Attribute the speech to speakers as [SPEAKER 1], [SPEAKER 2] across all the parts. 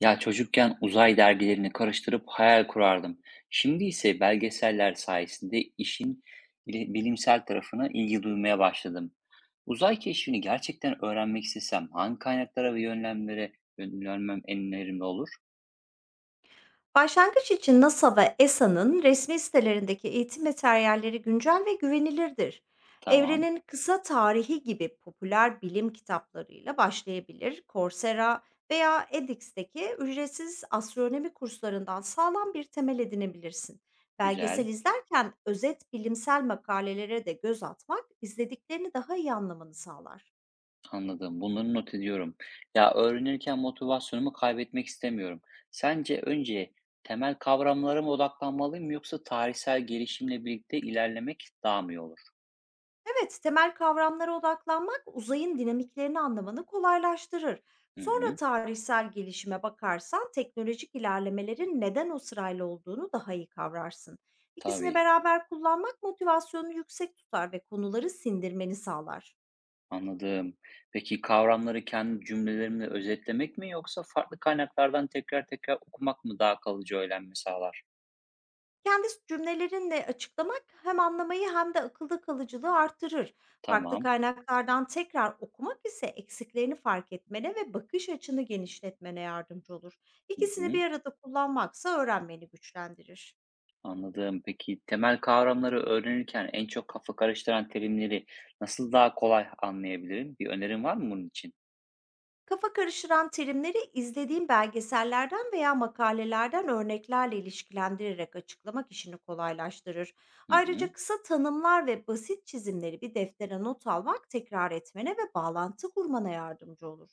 [SPEAKER 1] Ya çocukken uzay dergilerini karıştırıp hayal kurardım. Şimdi ise belgeseller sayesinde işin bilimsel tarafına ilgi duymaya başladım. Uzay keşfini gerçekten öğrenmek istesem hangi kaynaklara ve yönlemlere yönelmem en önemli olur?
[SPEAKER 2] Başlangıç için NASA ve ESA'nın resmi sitelerindeki eğitim materyalleri güncel ve güvenilirdir.
[SPEAKER 1] Tamam,
[SPEAKER 2] Evrenin Kısa Tarihi gibi popüler bilim kitaplarıyla başlayabilir. Coursera veya edX'teki ücretsiz astronomi kurslarından sağlam bir temel edinebilirsin. Belgesel
[SPEAKER 1] güzel,
[SPEAKER 2] izlerken özet bilimsel makalelere de göz atmak izlediklerini daha iyi anlamanı sağlar.
[SPEAKER 1] anladım. Bunları not ediyorum. Ya öğrenirken motivasyonumu kaybetmek istemiyorum. Sence önce temel kavramlara mı odaklanmalıyım yoksa tarihsel gelişimle birlikte ilerlemek daha mı iyi olur?
[SPEAKER 2] Evet, temel kavramlara odaklanmak uzayın dinamiklerini anlamanı kolaylaştırır.
[SPEAKER 1] Hı
[SPEAKER 2] Sonra
[SPEAKER 1] hı,
[SPEAKER 2] tarihsel gelişime bakarsan teknolojik ilerlemelerin neden o sırayla olduğunu daha iyi kavrarsın. İkisini
[SPEAKER 1] tabii.
[SPEAKER 2] beraber kullanmak motivasyonunu yüksek tutar ve konuları sindirmeni sağlar.
[SPEAKER 1] Anladım. Peki kavramları kendi cümlelerimle özetlemek mi yoksa farklı kaynaklardan tekrar tekrar okumak mı daha kalıcı öğrenme sağlar?
[SPEAKER 2] Kendi cümlelerinle açıklamak hem anlamayı hem de akılda kalıcılığı artırır. Farklı
[SPEAKER 1] Tamam.
[SPEAKER 2] kaynaklardan tekrar okumak ise eksiklerini fark etmene ve bakış açını genişletmene yardımcı olur.
[SPEAKER 1] Hı
[SPEAKER 2] İkisini
[SPEAKER 1] hı.
[SPEAKER 2] bir arada kullanmaksa öğrenmeni güçlendirir.
[SPEAKER 1] Anladım. Peki temel kavramları öğrenirken en çok kafa karıştıran terimleri nasıl daha kolay anlayabilirim? Bir önerin var mı bunun için?
[SPEAKER 2] Kafa karıştıran terimleri izlediğin belgesellerden veya makalelerden örneklerle ilişkilendirerek açıklamak işini kolaylaştırır.
[SPEAKER 1] Hı hı.
[SPEAKER 2] Ayrıca kısa tanımlar ve basit çizimleri bir deftere not almak tekrar etmene ve bağlantı kurmana yardımcı olur.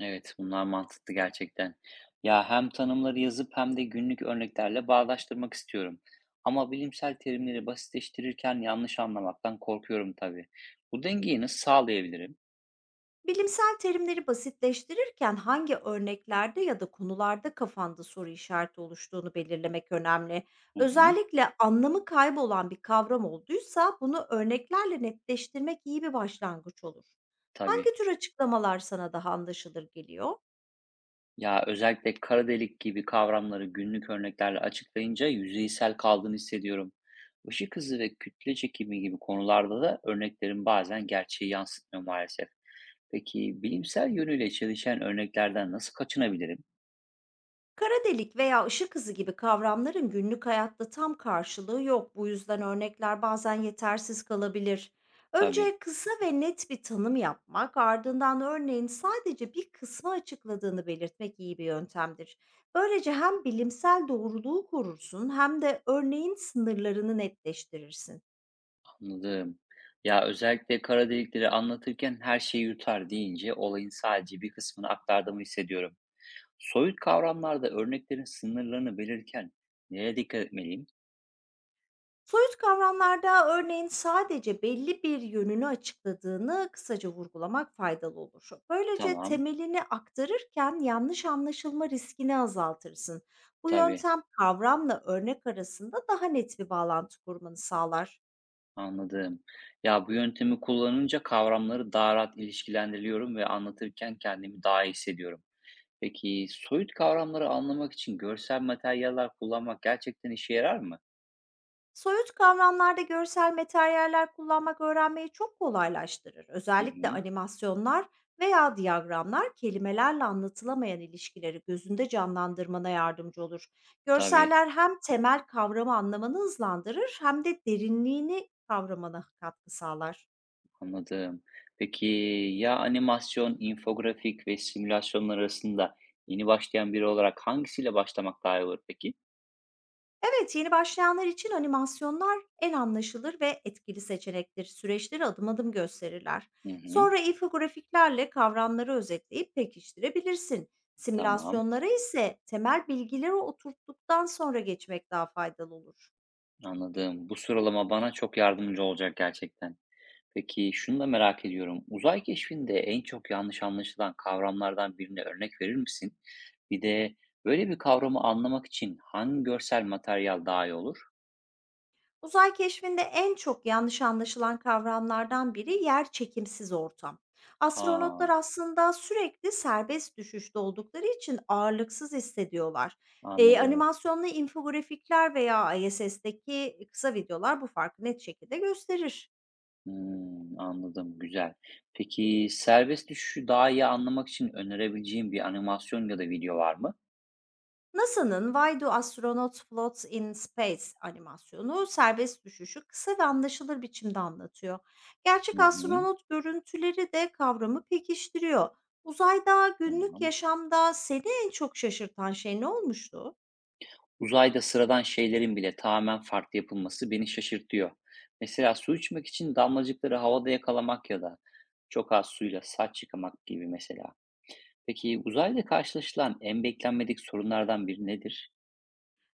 [SPEAKER 1] Evet, bunlar mantıklı gerçekten. Ya hem tanımları yazıp hem de günlük örneklerle bağdaştırmak istiyorum. Ama bilimsel terimleri basitleştirirken yanlış anlamaktan korkuyorum tabii. Bu dengeyi nasıl sağlayabilirim?
[SPEAKER 2] Bilimsel terimleri basitleştirirken hangi örneklerde ya da konularda kafanda soru işareti oluştuğunu belirlemek önemli.
[SPEAKER 1] Hı hı.
[SPEAKER 2] Özellikle anlamı kaybolan bir kavram olduysa bunu örneklerle netleştirmek iyi bir başlangıç olur.
[SPEAKER 1] Tabii.
[SPEAKER 2] Hangi tür açıklamalar sana daha anlaşılır geliyor?
[SPEAKER 1] Ya özellikle kara delik gibi kavramları günlük örneklerle açıklayınca yüzeysel kaldığını hissediyorum. Işık hızı ve kütle çekimi gibi konularda da örneklerin bazen gerçeği yansıtmıyor maalesef. Peki bilimsel yönüyle çelişen örneklerden nasıl kaçınabilirim?
[SPEAKER 2] Kara delik veya ışık hızı gibi kavramların günlük hayatta tam karşılığı yok. Bu yüzden örnekler bazen yetersiz kalabilir.
[SPEAKER 1] Tabii.
[SPEAKER 2] Önce kısa ve net bir tanım yapmak, ardından örneğin sadece bir kısmı açıkladığını belirtmek iyi bir yöntemdir. Böylece hem bilimsel doğruluğu korursun hem de örneğin sınırlarını netleştirirsin.
[SPEAKER 1] Anladım. Ya özellikle kara delikleri anlatırken her şeyi yutar deyince olayın sadece bir kısmını aktardığımı hissediyorum. Soyut kavramlarda örneklerin sınırlarını belirken nereye dikkat etmeliyim?
[SPEAKER 2] Soyut kavramlarda örneğin sadece belli bir yönünü açıkladığını kısaca vurgulamak faydalı olur. Böylece
[SPEAKER 1] Tamam,
[SPEAKER 2] temelini aktarırken yanlış anlaşılma riskini azaltırsın. Bu
[SPEAKER 1] tabii,
[SPEAKER 2] yöntem kavramla örnek arasında daha net bir bağlantı kurmanı sağlar.
[SPEAKER 1] anladım. Ya bu yöntemi kullanınca kavramları daha rahat ilişkilendiriyorum ve anlatırken kendimi daha iyi hissediyorum. Peki soyut kavramları anlamak için görsel materyaller kullanmak gerçekten işe yarar mı?
[SPEAKER 2] Soyut kavramlarda görsel materyaller kullanmak öğrenmeyi çok kolaylaştırır.
[SPEAKER 1] Hı
[SPEAKER 2] Özellikle
[SPEAKER 1] hı,
[SPEAKER 2] animasyonlar veya diyagramlar kelimelerle anlatılamayan ilişkileri gözünde canlandırmana yardımcı olur.
[SPEAKER 1] tabii.
[SPEAKER 2] Görseller hem temel kavramı anlamanı hızlandırır hem de derinliğini kavramana katkı sağlar.
[SPEAKER 1] Anladım. Peki ya animasyon, infografik ve simülasyonlar arasında yeni başlayan biri olarak hangisiyle başlamak daha iyi olur peki?
[SPEAKER 2] Evet, yeni başlayanlar için animasyonlar en anlaşılır ve etkili seçenektir. Süreçleri adım adım gösterirler.
[SPEAKER 1] Hı hı,
[SPEAKER 2] Sonra infografiklerle kavramları özetleyip pekiştirebilirsin.
[SPEAKER 1] tamam,
[SPEAKER 2] Simülasyonlara ise temel bilgileri oturttuktan sonra geçmek daha faydalı olur.
[SPEAKER 1] anladım. Bu sıralama bana çok yardımcı olacak gerçekten. Peki şunu da merak ediyorum. Uzay keşfinde en çok yanlış anlaşılan kavramlardan birine örnek verir misin? Bir de böyle bir kavramı anlamak için hangi görsel materyal daha iyi olur?
[SPEAKER 2] Uzay keşfinde en çok yanlış anlaşılan kavramlardan biri yer çekimsiz ortam. Astronotlar
[SPEAKER 1] Aa,
[SPEAKER 2] aslında sürekli serbest düşüşte oldukları için ağırlıksız hissediyorlar.
[SPEAKER 1] anladım.
[SPEAKER 2] Animasyonlu infografikler veya ISS'teki kısa videolar bu farkı net şekilde gösterir.
[SPEAKER 1] Hımm, anladım, güzel. Peki, serbest düşüşü daha iyi anlamak için önerebileceğim bir animasyon ya da video var mı?
[SPEAKER 2] NASA'nın "Why Do Astronauts Float in Space?" animasyonu serbest düşüşü kısa ve anlaşılır biçimde anlatıyor.
[SPEAKER 1] Hı
[SPEAKER 2] Gerçek
[SPEAKER 1] hı,
[SPEAKER 2] astronot görüntüleri de kavramı pekiştiriyor. Uzayda günlük
[SPEAKER 1] tamam.
[SPEAKER 2] yaşamda seni en çok şaşırtan şey ne olmuştu?
[SPEAKER 1] Uzayda sıradan şeylerin bile tamamen farklı yapılması beni şaşırtıyor. Mesela su içmek için damlacıkları havada yakalamak ya da çok az suyla saç yıkamak gibi mesela. Peki uzayda karşılaşılan en beklenmedik sorunlardan biri nedir?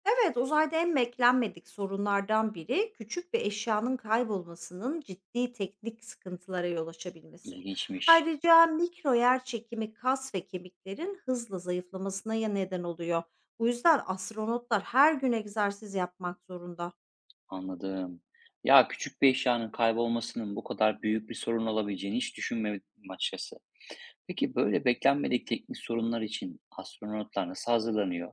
[SPEAKER 2] Evet, uzayda en beklenmedik sorunlardan biri küçük bir eşyanın kaybolmasının ciddi teknik sıkıntılara yol açabilmesi.
[SPEAKER 1] İlginçmiş.
[SPEAKER 2] Ayrıca mikro yer çekimi kas ve kemiklerin hızla zayıflamasına ya neden oluyor. Bu yüzden astronotlar her gün egzersiz yapmak zorunda.
[SPEAKER 1] Anladım. Ya küçük bir eşyanın kaybolmasının bu kadar büyük bir sorun olabileceğini hiç düşünmemiştim açıkçası. Peki böyle beklenmedik teknik sorunlar için astronotlar nasıl hazırlanıyor?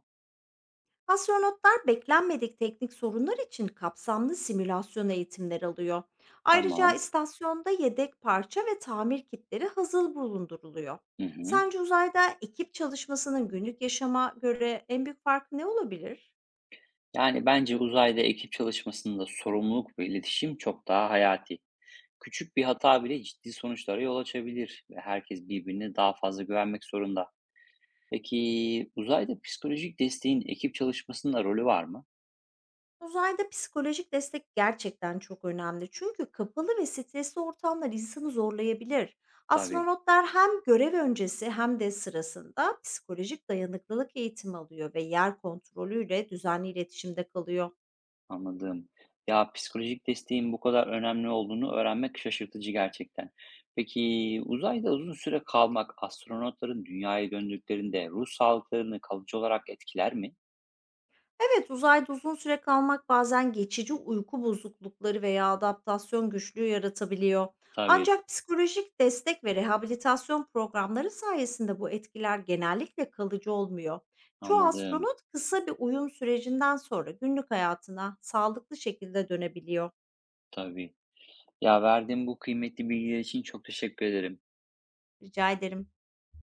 [SPEAKER 2] Astronotlar beklenmedik teknik sorunlar için kapsamlı simülasyon eğitimleri alıyor. Ayrıca
[SPEAKER 1] Tamam.
[SPEAKER 2] istasyonda yedek parça ve tamir kitleri hazır bulunduruluyor.
[SPEAKER 1] Hı hı.
[SPEAKER 2] Sence uzayda ekip çalışmasının günlük yaşama göre en büyük farkı ne olabilir?
[SPEAKER 1] Yani bence uzayda ekip çalışmasında sorumluluk ve iletişim çok daha hayati. Küçük bir hata bile ciddi sonuçlara yol açabilir ve herkes birbirine daha fazla güvenmek zorunda. Peki uzayda psikolojik desteğin ekip çalışmasında rolü var mı?
[SPEAKER 2] Uzayda psikolojik destek gerçekten çok önemli. Çünkü kapalı ve stresli ortamlar insanı zorlayabilir.
[SPEAKER 1] Tabii.
[SPEAKER 2] Astronotlar hem görev öncesi hem de sırasında psikolojik dayanıklılık eğitimi alıyor ve yer kontrolüyle düzenli iletişimde kalıyor.
[SPEAKER 1] Anladım. Ya, psikolojik desteğin bu kadar önemli olduğunu öğrenmek şaşırtıcı gerçekten. Peki, uzayda uzun süre kalmak astronotların dünyaya döndüklerinde ruh sağlıklarını kalıcı olarak etkiler mi?
[SPEAKER 2] Evet, uzayda uzun süre kalmak bazen geçici uyku bozuklukları veya adaptasyon güçlüğü yaratabiliyor.
[SPEAKER 1] Tabii,
[SPEAKER 2] Ancak psikolojik destek ve rehabilitasyon programları sayesinde bu etkiler genellikle kalıcı olmuyor. Çoğu
[SPEAKER 1] anladım.
[SPEAKER 2] astronot kısa bir uyum sürecinden sonra günlük hayatına sağlıklı şekilde dönebiliyor.
[SPEAKER 1] Tabii. Ya, verdiğim bu kıymetli bilgiler için çok teşekkür ederim.
[SPEAKER 2] Rica ederim.